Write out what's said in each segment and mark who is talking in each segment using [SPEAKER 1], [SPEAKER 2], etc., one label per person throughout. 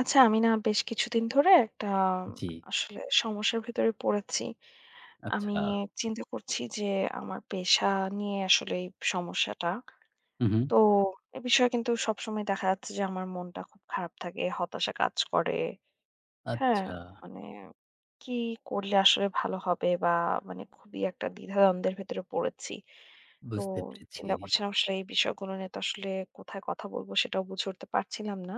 [SPEAKER 1] আচ্ছা, আমি না বেশ কিছুদিন ধরে একটা
[SPEAKER 2] জি,
[SPEAKER 1] আসলে সমস্যার ভেতরে পড়েছি। আমি
[SPEAKER 2] আচ্ছা।
[SPEAKER 1] চিন্তা করছি যে আমার পেশা নিয়ে আসলে এই সমস্যাটা।
[SPEAKER 2] হু, হু।
[SPEAKER 1] তো এ বিষয়ে কিন্তু সবসময় দেখা যাচ্ছে যে আমার মনটা খুব খারাপ থাকে, হতাশা কাজ করে। হ্যাঁ?
[SPEAKER 2] আচ্ছা,
[SPEAKER 1] মানে কি করলে আসলে ভালো হবে বা মানে খুবই একটা দ্বিধাদ্বন্দ্বের ভেতরে পড়েছি। তো
[SPEAKER 2] বুঝতে পেরেছি।
[SPEAKER 1] চিন্তা করছিলাম আসলে এই বিষয়গুলো নিয়ে তো আসলে কোথায় কথা বলব সেটাও বুঝে উঠতে পারছিলাম না।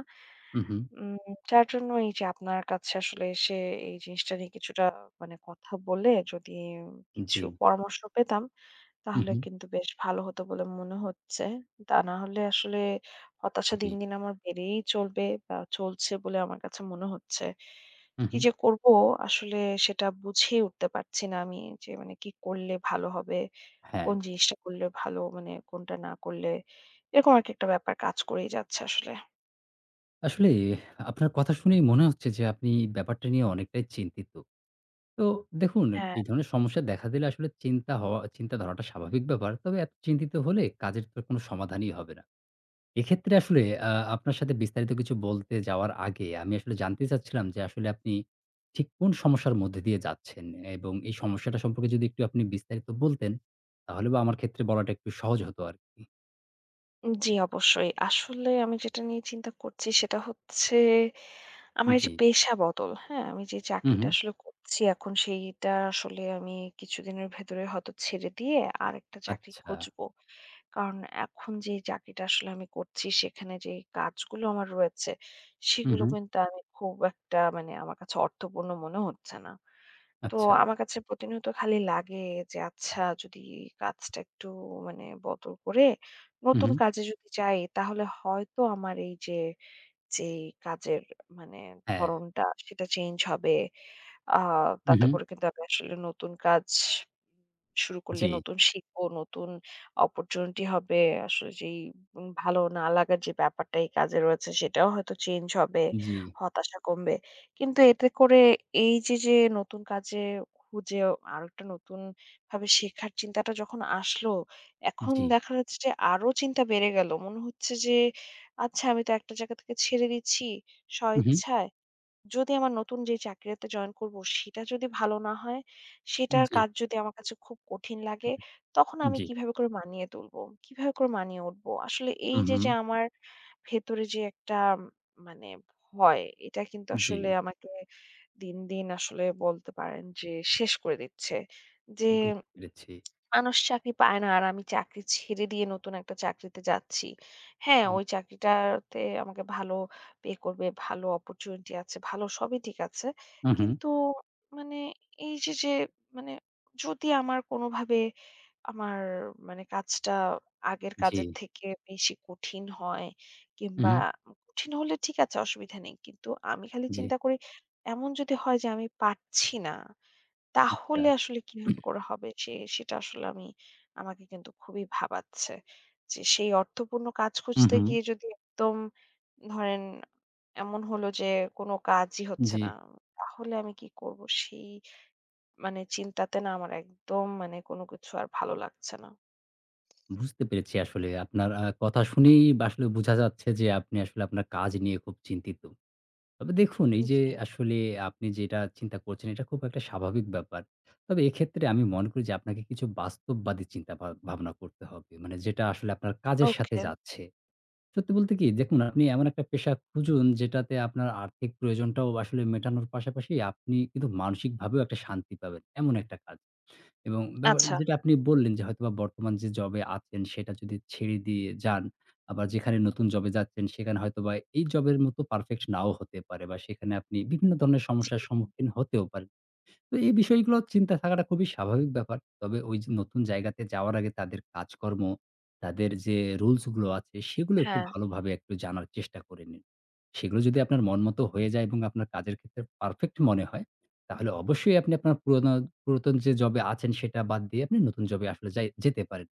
[SPEAKER 2] হু, হু।
[SPEAKER 1] উম যার জন্য এই যে আপনার কাছে আসলে এসে এই জিনিসটা নিয়ে কিছুটা মানে কথা বলে যদি
[SPEAKER 2] জি।
[SPEAKER 1] কিছু পরামর্শ পেতাম,
[SPEAKER 2] হু,
[SPEAKER 1] তাহলে
[SPEAKER 2] হু।
[SPEAKER 1] কিন্তু বেশ ভালো হতো বলে মনে হচ্ছে। তা না হলে আসলে হতাশা
[SPEAKER 2] জি।
[SPEAKER 1] দিন, দিন আমার বেড়েই চলবে বা চলছে বলে আমার কাছে মনে হচ্ছে। তো
[SPEAKER 2] হু, হু।
[SPEAKER 1] কি যে করব আসলে সেটা বুঝেই উঠতে পারছি না আমি যে মানে কি করলে ভালো হবে?
[SPEAKER 2] হ্যাঁ,
[SPEAKER 1] কোন জিনিসটা করলে ভালো? মানে কোনটা না করলে? এরকম আরকি একটা ব্যাপার কাজ করেই যাচ্ছে আসলে।
[SPEAKER 2] আসলে আপনার কথা শুনেই মনে হচ্ছে যে আপনি ব্যাপারটা নিয়ে অনেকটাই চিন্তিত। তো দেখুন এই
[SPEAKER 1] হ্যাঁ।
[SPEAKER 2] ধরনের সমস্যা দেখা দিলে আসলে চিন্তা ধরাটা স্বাভাবিক ব্যাপার। তবে এত চিন্তিত হলে কাজের তো কোনো সমাধানই হবে না। এক্ষেত্রে আসলে আপনার সাথে বিস্তারিত কিছু বলতে যাওয়ার আগে আমি আসলে জানতে চাচ্ছিলাম যে আসলে আপনি ঠিক কোন সমস্যার মধ্যে দিয়ে যাচ্ছেন এবং এই সমস্যাটা সম্পর্কে যদি একটু আপনি বিস্তারিত বলতেন, তাহলে বা আমার ক্ষেত্রে বলাটা একটু সহজ হতো আরকি।
[SPEAKER 1] জি, অবশ্যই। আসলে আমি যেটা নিয়ে চিন্তা করছি সেটা হচ্ছে আমার এই
[SPEAKER 2] জি।
[SPEAKER 1] যে পেশা বদল, হ্যাঁ? আমি যে
[SPEAKER 2] হু, হু।
[SPEAKER 1] চাকরিটা আসলে করছি এখন সেইটা আসলে আমি কিছুদিনের ভেতরে হয়তো ছেড়ে দিয়ে আরেকটা চাকরি
[SPEAKER 2] আচ্ছা।
[SPEAKER 1] খুঁজবো। কারণ এখন যে চাকরিটা আসলে আমি করছি সেখানে যে কাজগুলো আমার রয়েছে
[SPEAKER 2] হু,
[SPEAKER 1] সেগুলো
[SPEAKER 2] হু।
[SPEAKER 1] কিন্তু আমি খুব একটা মানে আমার কাছে অর্থপূর্ণ মনে হচ্ছে না। তো
[SPEAKER 2] আচ্ছা।
[SPEAKER 1] আমার কাছে প্রতিনিয়ত খালি লাগে যে আচ্ছা যদি কাজটা একটু মানে বদল করে
[SPEAKER 2] হু, হু।
[SPEAKER 1] নতুন কাজে যদি যাই তাহলে হয়তো আমার এই যে যেই কাজের মানে
[SPEAKER 2] হ্যাঁ।
[SPEAKER 1] ধরনটা সেটা চেঞ্জ হবে আ
[SPEAKER 2] হু,
[SPEAKER 1] তাতে
[SPEAKER 2] হু।
[SPEAKER 1] করে কিন্তু আমি আসলে নতুন কাজ শুরু করলে
[SPEAKER 2] জি,
[SPEAKER 1] নতুন শিখবো, নতুন অপরচুনিটি হবে। আসলে যেই ভালো না লাগার যে ব্যাপারটা এই কাজে রয়েছে সেটাও হয়তো চেঞ্জ হবে,
[SPEAKER 2] জি,
[SPEAKER 1] হতাশা কমবে। কিন্তু এতে করে এই যে, যে নতুন কাজে খুঁজে আরেকটা নতুন ভাবে শেখার চিন্তাটা যখন আসলো, এখন
[SPEAKER 2] জি।
[SPEAKER 1] দেখা যাচ্ছে যে আরো চিন্তা বেড়ে গেল। মনে হচ্ছে যে আচ্ছা আমি তো একটা জায়গা থেকে ছেড়ে দিচ্ছি
[SPEAKER 2] হু, হু।
[SPEAKER 1] স্বইচ্ছায়। যদি আমার নতুন যে চাকরিতে জয়েন করব সেটা যদি ভালো না হয়, সেটার
[SPEAKER 2] জি,
[SPEAKER 1] কাজ যদি আমার কাছে খুব কঠিন লাগে, তখন আমি
[SPEAKER 2] জি।
[SPEAKER 1] কিভাবে করে মানিয়ে তুলবো? কিভাবে করে মানিয়ে উঠবো? আসলে
[SPEAKER 2] হু,
[SPEAKER 1] এই যে,
[SPEAKER 2] হু।
[SPEAKER 1] যে আমার ভেতরে যে একটা মানে ভয়, এটা কিন্তু
[SPEAKER 2] জি।
[SPEAKER 1] আসলে আমাকে দিন, দিন আসলে বলতে পারেন যে শেষ করে দিচ্ছে। যে
[SPEAKER 2] বুঝতে পেরেছি।
[SPEAKER 1] মানুষ চাকরি পায় না আর আমি চাকরি ছেড়ে দিয়ে নতুন একটা চাকরিতে যাচ্ছি। হ্যাঁ, ওই চাকরিটাতে আমাকে ভালো পে করবে, ভালো অপরচুনিটি আছে, ভালো সবই ঠিক আছে।
[SPEAKER 2] হু, হু।
[SPEAKER 1] কিন্তু মানে এই যে, যে মানে যদি আমার কোনোভাবে আমার মানে কাজটা আগের
[SPEAKER 2] জি।
[SPEAKER 1] কাজের থেকে বেশি কঠিন হয়
[SPEAKER 2] হু, হু।
[SPEAKER 1] কিংবা কঠিন হলে ঠিক আছে অসুবিধা নেই। কিন্তু আমি খালি
[SPEAKER 2] জি।
[SPEAKER 1] চিন্তা করি এমন যদি হয় যে আমি পারছি না
[SPEAKER 2] আচ্ছা।
[SPEAKER 1] তাহলে আসলে কিভাবে করে হবে সে সেটা আসলে আমি আমাকে কিন্তু খুবই ভাবাচ্ছে। যে সেই অর্থপূর্ণ কাজ
[SPEAKER 2] হু,
[SPEAKER 1] খুঁজতে
[SPEAKER 2] হু।
[SPEAKER 1] গিয়ে যদি একদম ধরেন এমন হলো যে কোনো কাজই হচ্ছে
[SPEAKER 2] জি।
[SPEAKER 1] না, তাহলে আমি কি করব? সেই মানে চিন্তাতে না আমার একদম মানে কোনো কিছু আর ভালো লাগছে না।
[SPEAKER 2] বুঝতে পেরেছি আসলে আপনার কথা শুনেই বা আসলে বোঝা যাচ্ছে যে আপনি আসলে আপনার কাজ নিয়ে খুব চিন্তিত। তবে দেখুন এই যে
[SPEAKER 1] জি,
[SPEAKER 2] আসলে আপনি যেটা চিন্তা করছেন এটা খুব একটা স্বাভাবিক ব্যাপার। তবে এক্ষেত্রে আমি মনে করি যে আপনাকে কিছু বাস্তববাদী চিন্তা ভাবনা করতে হবে। মানে যেটা আসলে আপনার কাজের সাথে
[SPEAKER 1] ওকে।
[SPEAKER 2] যাচ্ছে। সত্যি বলতে কি দেখুন আপনি এমন একটা পেশা খুঁজুন যেটাতে আপনার আর্থিক প্রয়োজনটাও আসলে মেটানোর পাশাপাশি আপনি কিন্তু মানসিকভাবেও একটা শান্তি পাবেন। এমন একটা কাজ। এবং ব্যাপার
[SPEAKER 1] আচ্ছা।
[SPEAKER 2] যেটা আপনি বললেন যে হয়তোবা বর্তমান যে জবে আছেন সেটা যদি ছেড়ে দিয়ে যান, আবার যেখানে নতুন জবে যাচ্ছেন সেখানে হয়তোবা এই জবের মতো পারফেক্ট নাও হতে পারে বা সেখানে আপনি বিভিন্ন ধরনের
[SPEAKER 1] জি,
[SPEAKER 2] সমস্যার সম্মুখীন হতেও পারেন। তো এই বিষয়গুলো চিন্তা থাকাটা খুবই স্বাভাবিক ব্যাপার। তবে ওই যে নতুন জায়গাতে যাওয়ার আগে তাদের কাজকর্ম, তাদের যে রুলস গুলো আছে সেগুলো একটু
[SPEAKER 1] হ্যাঁ,
[SPEAKER 2] ভালোভাবে একটু জানার চেষ্টা করে নিন। সেগুলো যদি আপনার মনমতো হয়ে যায় এবং আপনার কাজের ক্ষেত্রে পারফেক্ট মনে হয়, তাহলে অবশ্যই আপনি আপনার পুরাতন যে জবে আছেন সেটা বাদ দিয়ে আপনি নতুন জবে আসলে যেতে পারেন।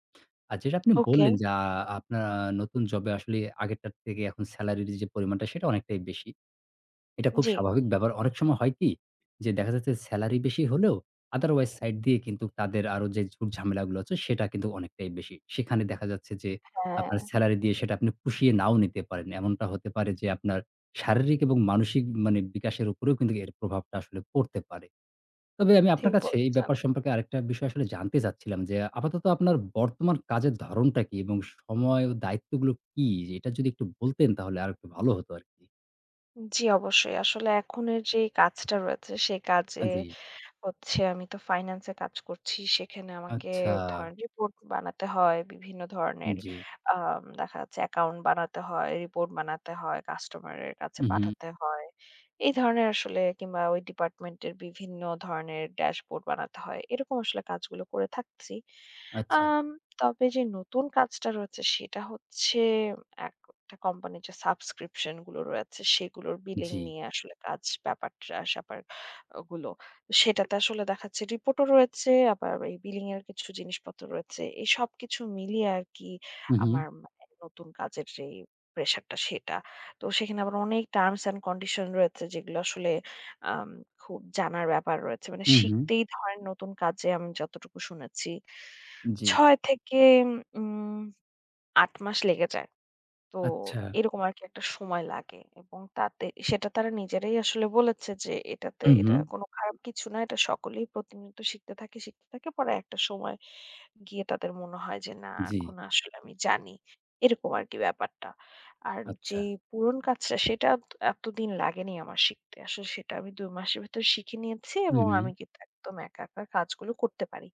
[SPEAKER 2] আর যেটা আপনি
[SPEAKER 1] ওকে।
[SPEAKER 2] বললেন যে আপনার নতুন জবে আসলে আগেরটার থেকে এখন সেলারির যে পরিমাণটা সেটা অনেকটাই বেশি। এটা খুব
[SPEAKER 1] জি,
[SPEAKER 2] স্বাভাবিক ব্যাপার। অনেক সময় হয় কি? যে দেখা যাচ্ছে সেলারি বেশি হলেও otherwise সাইড দিয়ে কিন্তু তাদের আরো যে ঝুট-ঝামেলাগুলো আছে সেটা কিন্তু অনেকটাই বেশি। সেখানে দেখা যাচ্ছে যে আপনার
[SPEAKER 1] হ্যাঁ,
[SPEAKER 2] সেলারি দিয়ে সেটা আপনি পুষিয়ে নাও নিতে পারেন। এমনটা হতে পারে যে আপনার শারীরিক এবং মানসিক মানে বিকাশের উপরেও কিন্তু এর প্রভাবটা আসলে পড়তে পারে। তবে আমি আপনার
[SPEAKER 1] ঠিক
[SPEAKER 2] কাছে এই
[SPEAKER 1] বলেছেন।
[SPEAKER 2] ব্যাপার সম্পর্কে আরেকটা বিষয় আসলে জানতে চাচ্ছিলাম যে আপাতত আপনার বর্তমান কাজের ধরনটা কি এবং সময় ও দায়িত্বগুলো কি? এটা যদি একটু বলতেন তাহলে আরেকটু ভালো হতো আরকি।
[SPEAKER 1] জি, অবশ্যই। আসলে এখনের যে কাজটা রয়েছে সেই কাজে
[SPEAKER 2] জি।
[SPEAKER 1] হচ্ছে আমি তো ফাইন্যান্সে কাজ করছি। সেখানে আমাকে
[SPEAKER 2] আচ্ছা।
[SPEAKER 1] ধরেন রিপোর্ট বানাতে হয়। বিভিন্ন ধরনের
[SPEAKER 2] জি।
[SPEAKER 1] দেখা যাচ্ছে অ্যাকাউন্ট বানাতে হয়, রিপোর্ট বানাতে হয়, কাস্টমারের কাছে
[SPEAKER 2] হু, হু।
[SPEAKER 1] পাঠাতে হয়। এই ধরনের আসলে কিংবা ওই ডিপার্টমেন্টের বিভিন্ন ধরনের ড্যাশবোর্ড বানাতে হয়। এরকম আসলে কাজগুলো করে থাকছি।
[SPEAKER 2] আচ্ছা।
[SPEAKER 1] আম তবে যে নতুন কাজটা রয়েছে সেটা হচ্ছে একটা কোম্পানির যে সাবস্ক্রিপশন গুলো রয়েছে সেগুলোর বিলিং
[SPEAKER 2] জি।
[SPEAKER 1] নিয়ে আসলে কাজ ব্যাপার-স্যাপার গুলো। সেটাতে আসলে দেখাচ্ছে রিপোর্টও রয়েছে, আবার এই বিলিং এর কিছু জিনিসপত্র রয়েছে। এই সবকিছু মিলিয়ে আরকি
[SPEAKER 2] হু, হু।
[SPEAKER 1] আমার মানে নতুন কাজের যেই প্রেশারটা সেটা। তো সেখানে আবার অনেক টার্মস অ্যান্ড কন্ডিশন রয়েছে যেগুলো আসলে আম খুব জানার ব্যাপার রয়েছে। মানে
[SPEAKER 2] হু, হু।
[SPEAKER 1] শিখতেই ধরেন নতুন কাজে আমি যতটুকু শুনেছি
[SPEAKER 2] জি।
[SPEAKER 1] ৬ থেকে উম ৮ মাস লেগে যায়। তো
[SPEAKER 2] আচ্ছা।
[SPEAKER 1] এরকম আরকি একটা সময় লাগে এবং তাতে সেটা তারা নিজেরাই আসলে বলেছে যে এটাতে
[SPEAKER 2] হু, হু।
[SPEAKER 1] এটা কোনো খারাপ কিছু না। এটা সকলেই প্রতিনিয়ত শিখতে থাকে, শিখতে থাকে। পরে একটা সময় গিয়ে তাদের মনে হয় যে না
[SPEAKER 2] জি।
[SPEAKER 1] এখন আসলে আমি জানি। এরকম আরকি ব্যাপারটা। আর
[SPEAKER 2] আচ্ছা।
[SPEAKER 1] যেই পুরন কাজটা সেটা এতদিন লাগেনি আমার শিখতে। আসলে সেটা আমি ২ মাসের ভেতর শিখে নিয়েছি
[SPEAKER 2] হু,
[SPEAKER 1] এবং
[SPEAKER 2] হু।
[SPEAKER 1] আমি কিন্তু একদম একা কাজগুলো করতে পারি।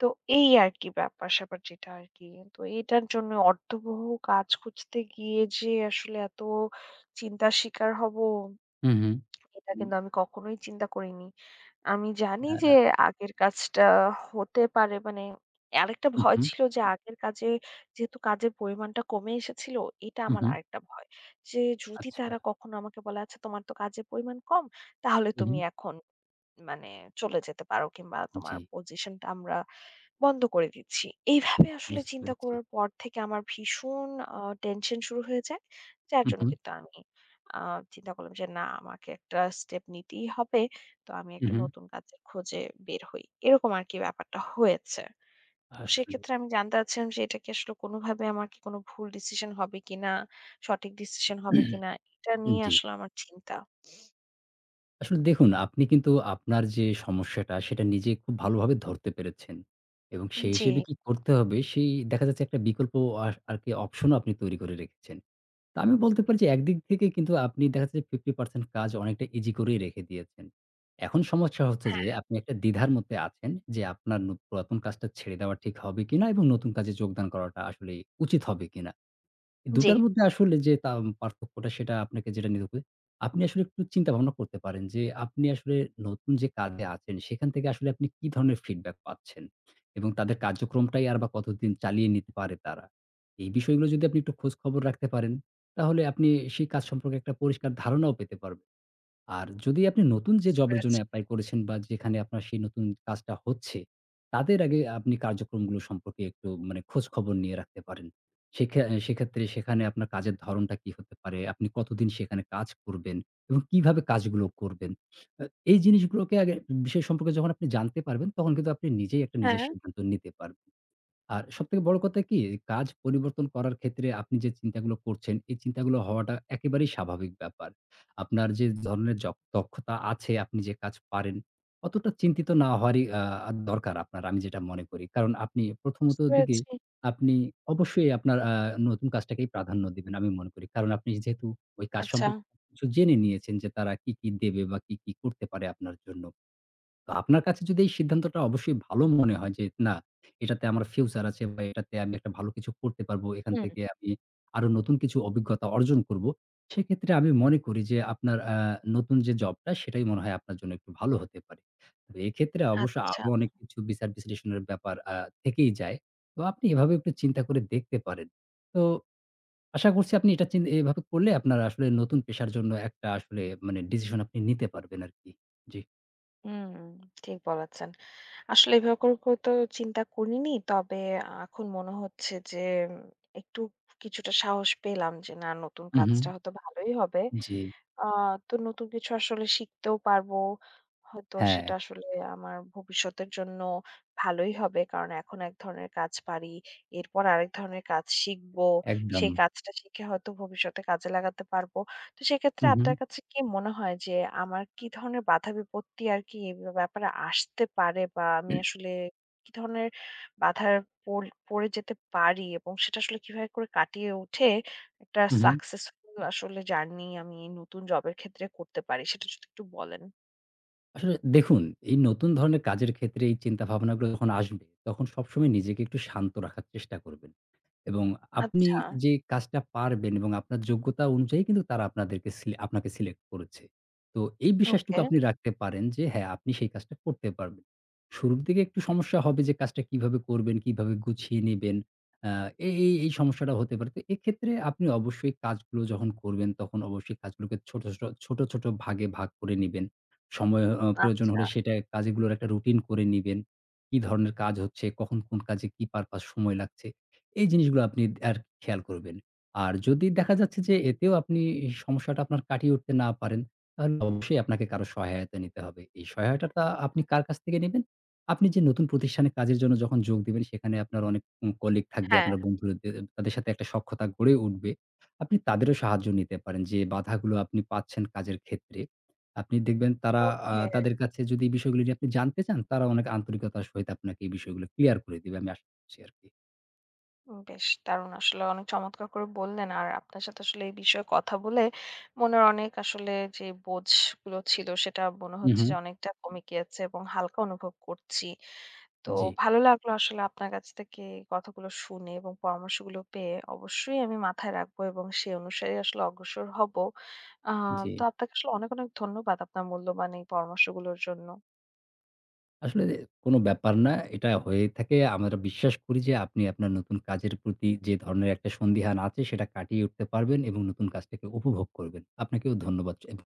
[SPEAKER 1] তো এই আরকি ব্যাপার-স্যাপার যেটা আরকি। তো এটার জন্য অর্থবহ কাজ খুঁজতে গিয়ে যে আসলে এত চিন্তার শিকার হব,
[SPEAKER 2] হু, হু।
[SPEAKER 1] এটা হুম। কিন্তু আমি কখনোই চিন্তা করিনি। আমি জানি যে
[SPEAKER 2] আ
[SPEAKER 1] আগের কাজটা হতে পারে মানে আরেকটা
[SPEAKER 2] হু,
[SPEAKER 1] ভয়
[SPEAKER 2] হু।
[SPEAKER 1] ছিল যে আগের কাজে যেহেতু কাজের পরিমাণটা কমে এসেছিল, এটা
[SPEAKER 2] হু,
[SPEAKER 1] আমার
[SPEAKER 2] হু।
[SPEAKER 1] আরেকটা ভয়। যে যদি
[SPEAKER 2] আচ্ছা।
[SPEAKER 1] তারা কখনো আমাকে বলে, "আচ্ছা তোমার তো কাজের পরিমাণ কম, তাহলে
[SPEAKER 2] হু, হু।
[SPEAKER 1] তুমি এখন মানে চলে যেতে পারো কিংবা তোমার
[SPEAKER 2] জি।
[SPEAKER 1] পজিশনটা আমরা" বন্ধ করে দিচ্ছি। এইভাবে আসলে
[SPEAKER 2] বুঝতে
[SPEAKER 1] চিন্তা
[SPEAKER 2] পেরেছি।
[SPEAKER 1] করার পর থেকে আমার ভীষণ আ টেনশন শুরু হয়ে যায়। যার
[SPEAKER 2] হু,
[SPEAKER 1] জন্য
[SPEAKER 2] হু।
[SPEAKER 1] কিন্তু আমি আ চিন্তা করলাম যে না আমাকে একটা স্টেপ নিতেই হবে। তো আমি
[SPEAKER 2] হু,
[SPEAKER 1] একটা
[SPEAKER 2] হু।
[SPEAKER 1] নতুন কাজের খোঁজে বের হই। এরকম আরকি ব্যাপারটা হয়েছে। তো
[SPEAKER 2] আসলে
[SPEAKER 1] সেক্ষেত্রে আমি জানতে চাচ্ছিলাম যে এটা কি আসলে কোনোভাবে আমার কি কোনো ভুল ডিসিশন হবে কিনা? সঠিক ডিসিশন হবে কিনা? এটা নিয়ে
[SPEAKER 2] জি।
[SPEAKER 1] আসলে আমার চিন্তা।
[SPEAKER 2] আসলে দেখুন আপনি কিন্তু আপনার যে সমস্যাটা সেটা নিজে খুব ভালোভাবে ধরতে পেরেছেন। এবং সেই
[SPEAKER 1] জি,
[SPEAKER 2] হিসেবে কি করতে হবে সেই দেখা যাচ্ছে একটা বিকল্প আর আরকি অপশনও আপনি তৈরি করে রেখেছেন। তা আমি বলতে পারি যে একদিক থেকে কিন্তু আপনি দেখা যাচ্ছে যে 50% কাজ অনেকটা ইজি করেই রেখে দিয়েছেন। এখন সমস্যা হচ্ছে যে
[SPEAKER 1] হ্যাঁ,
[SPEAKER 2] আপনি একটা দ্বিধার মধ্যে আছেন যে আপনার পুরাতন কাজটা ছেড়ে দেওয়া ঠিক হবে কিনা এবং নতুন কাজে যোগদান করাটা আসলে উচিত হবে কিনা?
[SPEAKER 1] জি
[SPEAKER 2] দুটার মধ্যে আসলে যে পার্থক্যটা সেটা আপনাকে যেটা নিতে হবে, আপনি আসলে একটু চিন্তা ভাবনা করতে পারেন যে আপনি আসলে নতুন যে কাজে আছেন সেখান থেকে আসলে আপনি কি ধরনের ফিডব্যাক পাচ্ছেন এবং তাদের কার্যক্রমটাই আর বা কতদিন চালিয়ে নিতে পারে তারা। এই বিষয়গুলো যদি আপনি একটু খোঁজ খবর রাখতে পারেন, তাহলে আপনি সেই কাজ সম্পর্কে একটা পরিষ্কার ধারণাও পেতে পারবেন। আর যদি আপনি নতুন যে
[SPEAKER 1] বুঝতে
[SPEAKER 2] জবের জন্য
[SPEAKER 1] পেরেছি।
[SPEAKER 2] এপ্লাই করেছেন বা যেখানে আপনার সেই নতুন কাজটা হচ্ছে, তাদের আগে আপনি কার্যক্রমগুলো সম্পর্কে একটু মানে খোঁজখবর নিয়ে রাখতে পারেন। সেখা অ্যা সেক্ষেত্রে সেখানে আপনার কাজের ধরনটা কি হতে পারে? আপনি কতদিন সেখানে কাজ করবেন এবং কিভাবে কাজগুলো করবেন? আ এই জিনিসগুলোকে বিষয় সম্পর্কে যখন আপনি জানতে পারবেন, তখন কিন্তু আপনি নিজেই একটা নিজের
[SPEAKER 1] হ্যাঁ,
[SPEAKER 2] সিদ্ধান্ত নিতে পারবেন। আর সবথেকে বড় কথা কি, কাজ পরিবর্তন করার ক্ষেত্রে আপনি যে চিন্তাগুলো করছেন, এই চিন্তাগুলো হওয়াটা একেবারেই স্বাভাবিক ব্যাপার। আপনার যে ধরনের দক্ষতা আছে, আপনি যে কাজ পারেন, অতটা চিন্তিত না হওয়ারই দরকার আপনার আমি যেটা মনে করি। কারণ আপনি প্রথমত
[SPEAKER 1] বুঝতে
[SPEAKER 2] দিকে
[SPEAKER 1] পেরেছি।
[SPEAKER 2] আপনি অবশ্যই আপনার নতুন কাজটাকেই প্রাধান্য দিবেন আমি মনে করি। কারণ আপনি যেহেতু ওই কাজ
[SPEAKER 1] আচ্ছা,
[SPEAKER 2] সম্পর্কে কিছু জেনে নিয়েছেন যে তারা কি, কি দেবে বা কি, কি করতে পারে আপনার জন্য। তো আপনার কাছে যদি এই সিদ্ধান্তটা অবশ্যই ভালো মনে হয় যে, না এটাতে আমার ফিউচার আছে বা এটাতে আমি একটা ভালো কিছু করতে পারবো। এখান
[SPEAKER 1] হুম,
[SPEAKER 2] থেকে আমি আরো নতুন কিছু অভিজ্ঞতা অর্জন করব। সেক্ষেত্রে আমি মনে করি যে আপনার নতুন যে জবটা সেটাই মনে হয় আপনার জন্য একটু ভালো হতে পারে। তবে এক্ষেত্রে অবশ্য
[SPEAKER 1] আচ্ছা।
[SPEAKER 2] আরো অনেক কিছু বিচার বিশ্লেষণের ব্যাপার থেকেই যায়। তো আপনি এভাবে একটু চিন্তা করে দেখতে পারেন। তো আশা করছি আপনি এটা এভাবে করলে আপনার আসলে নতুন পেশার জন্য একটা আসলে মানে ডিসিশন আপনি নিতে পারবেন আরকি। জি।
[SPEAKER 1] হুম, ঠিক বলেছেন। আসলে এভাবে করে তো চিন্তা করিনি। তবে এখন মনে হচ্ছে যে, উম, একটু কিছুটা সাহস পেলাম যে, না নতুন
[SPEAKER 2] উহু,
[SPEAKER 1] কাজটা হয়তো ভালোই হবে।
[SPEAKER 2] জি।
[SPEAKER 1] আ তো নতুন কিছু আসলে শিখতেও পারবো। হয়তো
[SPEAKER 2] হ্যাঁ,
[SPEAKER 1] সেটা আসলে আমার ভবিষ্যতের জন্য ভালোই হবে। কারণ এখন এক ধরনের কাজ পারি। এরপর আরেক ধরনের কাজ শিখবো।
[SPEAKER 2] একদম।
[SPEAKER 1] সেই কাজটা শিখে হয়তো ভবিষ্যতে কাজে লাগাতে পারবো। তো
[SPEAKER 2] হু,
[SPEAKER 1] সেক্ষেত্রে
[SPEAKER 2] হু।
[SPEAKER 1] আপনার কাছে কি মনে হয় যে আমার কি ধরনের বাধা বিপত্তি আরকি এ ব্যাপারে আসতে পারে বা আমি আসলে কি ধরনের বাধার পড়ে যেতে পারি এবং সেটা আসলে কিভাবে করে কাটিয়ে উঠে একটা
[SPEAKER 2] হু, হু।
[SPEAKER 1] সাকসেসফুল আসলে জার্নি আমি এই নতুন জবের ক্ষেত্রে করতে পারি সেটা যদি একটু বলেন?
[SPEAKER 2] আসলে দেখুন, এই নতুন ধরনের কাজের ক্ষেত্রে এই চিন্তাভাবনাগুলো যখন আসবে, তখন সবসময় নিজেকে একটু শান্ত রাখার চেষ্টা করবেন। এবং আপনি
[SPEAKER 1] আচ্ছা,
[SPEAKER 2] যে কাজটা পারবেন এবং আপনার যোগ্যতা অনুযায়ী কিন্তু তারা আপনাদেরকে সিলে আপনাকে সিলেক্ট করেছে। তো এই বিশ্বাসটুকু
[SPEAKER 1] ওকে,
[SPEAKER 2] আপনি রাখতে পারেন যে হ্যাঁ, আপনি সেই কাজটা করতে পারবেন। শুরুর দিকে একটু সমস্যা হবে যে কাজটা কিভাবে করবেন, কিভাবে গুছিয়ে নিবেন। আ এই সমস্যাটা হতে পারে। তো এক্ষেত্রে আপনি অবশ্যই কাজগুলো যখন করবেন তখন অবশ্যই কাজগুলোকে ছোট, ছোট, ছোট, ছোট ভাগে ভাগ করে নিবেন। সময় প্রয়োজন
[SPEAKER 1] আচ্ছা।
[SPEAKER 2] হলে সেটা কাজগুলোর একটা রুটিন করে নিবেন। কি ধরনের কাজ হচ্ছে, কখন কোন কাজে কি পারপাস সময় লাগছে। এই জিনিসগুলো আপনি আর খেয়াল করবেন। আর যদি দেখা যাচ্ছে যে এতেও আপনি এই সমস্যাটা আপনার কাটিয়ে উঠতে না পারেন, তাহলে অবশ্যই আপনাকে কারো সহায়তা নিতে হবে। এই সহায়তাটা আপনি কার কাছ থেকে নিবেন? আপনি যে নতুন প্রতিষ্ঠানে কাজের জন্য যখন যোগ দিবেন সেখানে আপনার অনেক কলিগ থাকবে,
[SPEAKER 1] হ্যাঁ,
[SPEAKER 2] আপনার বন্ধুরা দে তাদের সাথে একটা সখ্যতা গড়ে উঠবে। আপনি তাদেরও সাহায্য নিতে পারেন যে বাধাগুলো আপনি পাচ্ছেন কাজের ক্ষেত্রে। আপনি দেখবেন তারা আ
[SPEAKER 1] ওকে।
[SPEAKER 2] তাদের কাছে যদি এই বিষয়গুলো নিয়ে আপনি জানতে চান, তারা অনেক আন্তরিকতার সহিত আপনাকে এই বিষয়গুলো ক্লিয়ার করে দিবে। আমি আশা করছি আরকি।
[SPEAKER 1] বেশ দারুণ আসলে অনেক চমৎকার করে বললেন। আর আপনার সাথে আসলে এই বিষয়ে কথা বলে মনের অনেক আসলে যে বোঝগুলো ছিল সেটা মনে
[SPEAKER 2] হু,
[SPEAKER 1] হচ্ছে
[SPEAKER 2] হু।
[SPEAKER 1] যে অনেকটা কমে গিয়েছে এবং হালকা অনুভব করছি। তো
[SPEAKER 2] জি,
[SPEAKER 1] ভালো লাগলো আসলে আপনার কাছ থেকে এই কথাগুলো শুনে এবং পরামর্শগুলো পেয়ে। অবশ্যই আমি মাথায় রাখবো এবং সেই অনুসারে আসলে অগ্রসর হব। আ
[SPEAKER 2] জি।
[SPEAKER 1] তো আপনাকে আসলে অনেক, অনেক ধন্যবাদ আপনার মূল্যবান এই পরামর্শগুলোর জন্য।
[SPEAKER 2] আসলে কোনো ব্যাপার না। এটা হয়ে থাকে। আমরা বিশ্বাস করি যে আপনি আপনার নতুন কাজের প্রতি যে ধরনের একটা সন্দিহান আছে সেটা কাটিয়ে উঠতে পারবেন এবং নতুন কাজটাকে উপভোগ করবেন। আপনাকেও ধন্যবাদ জ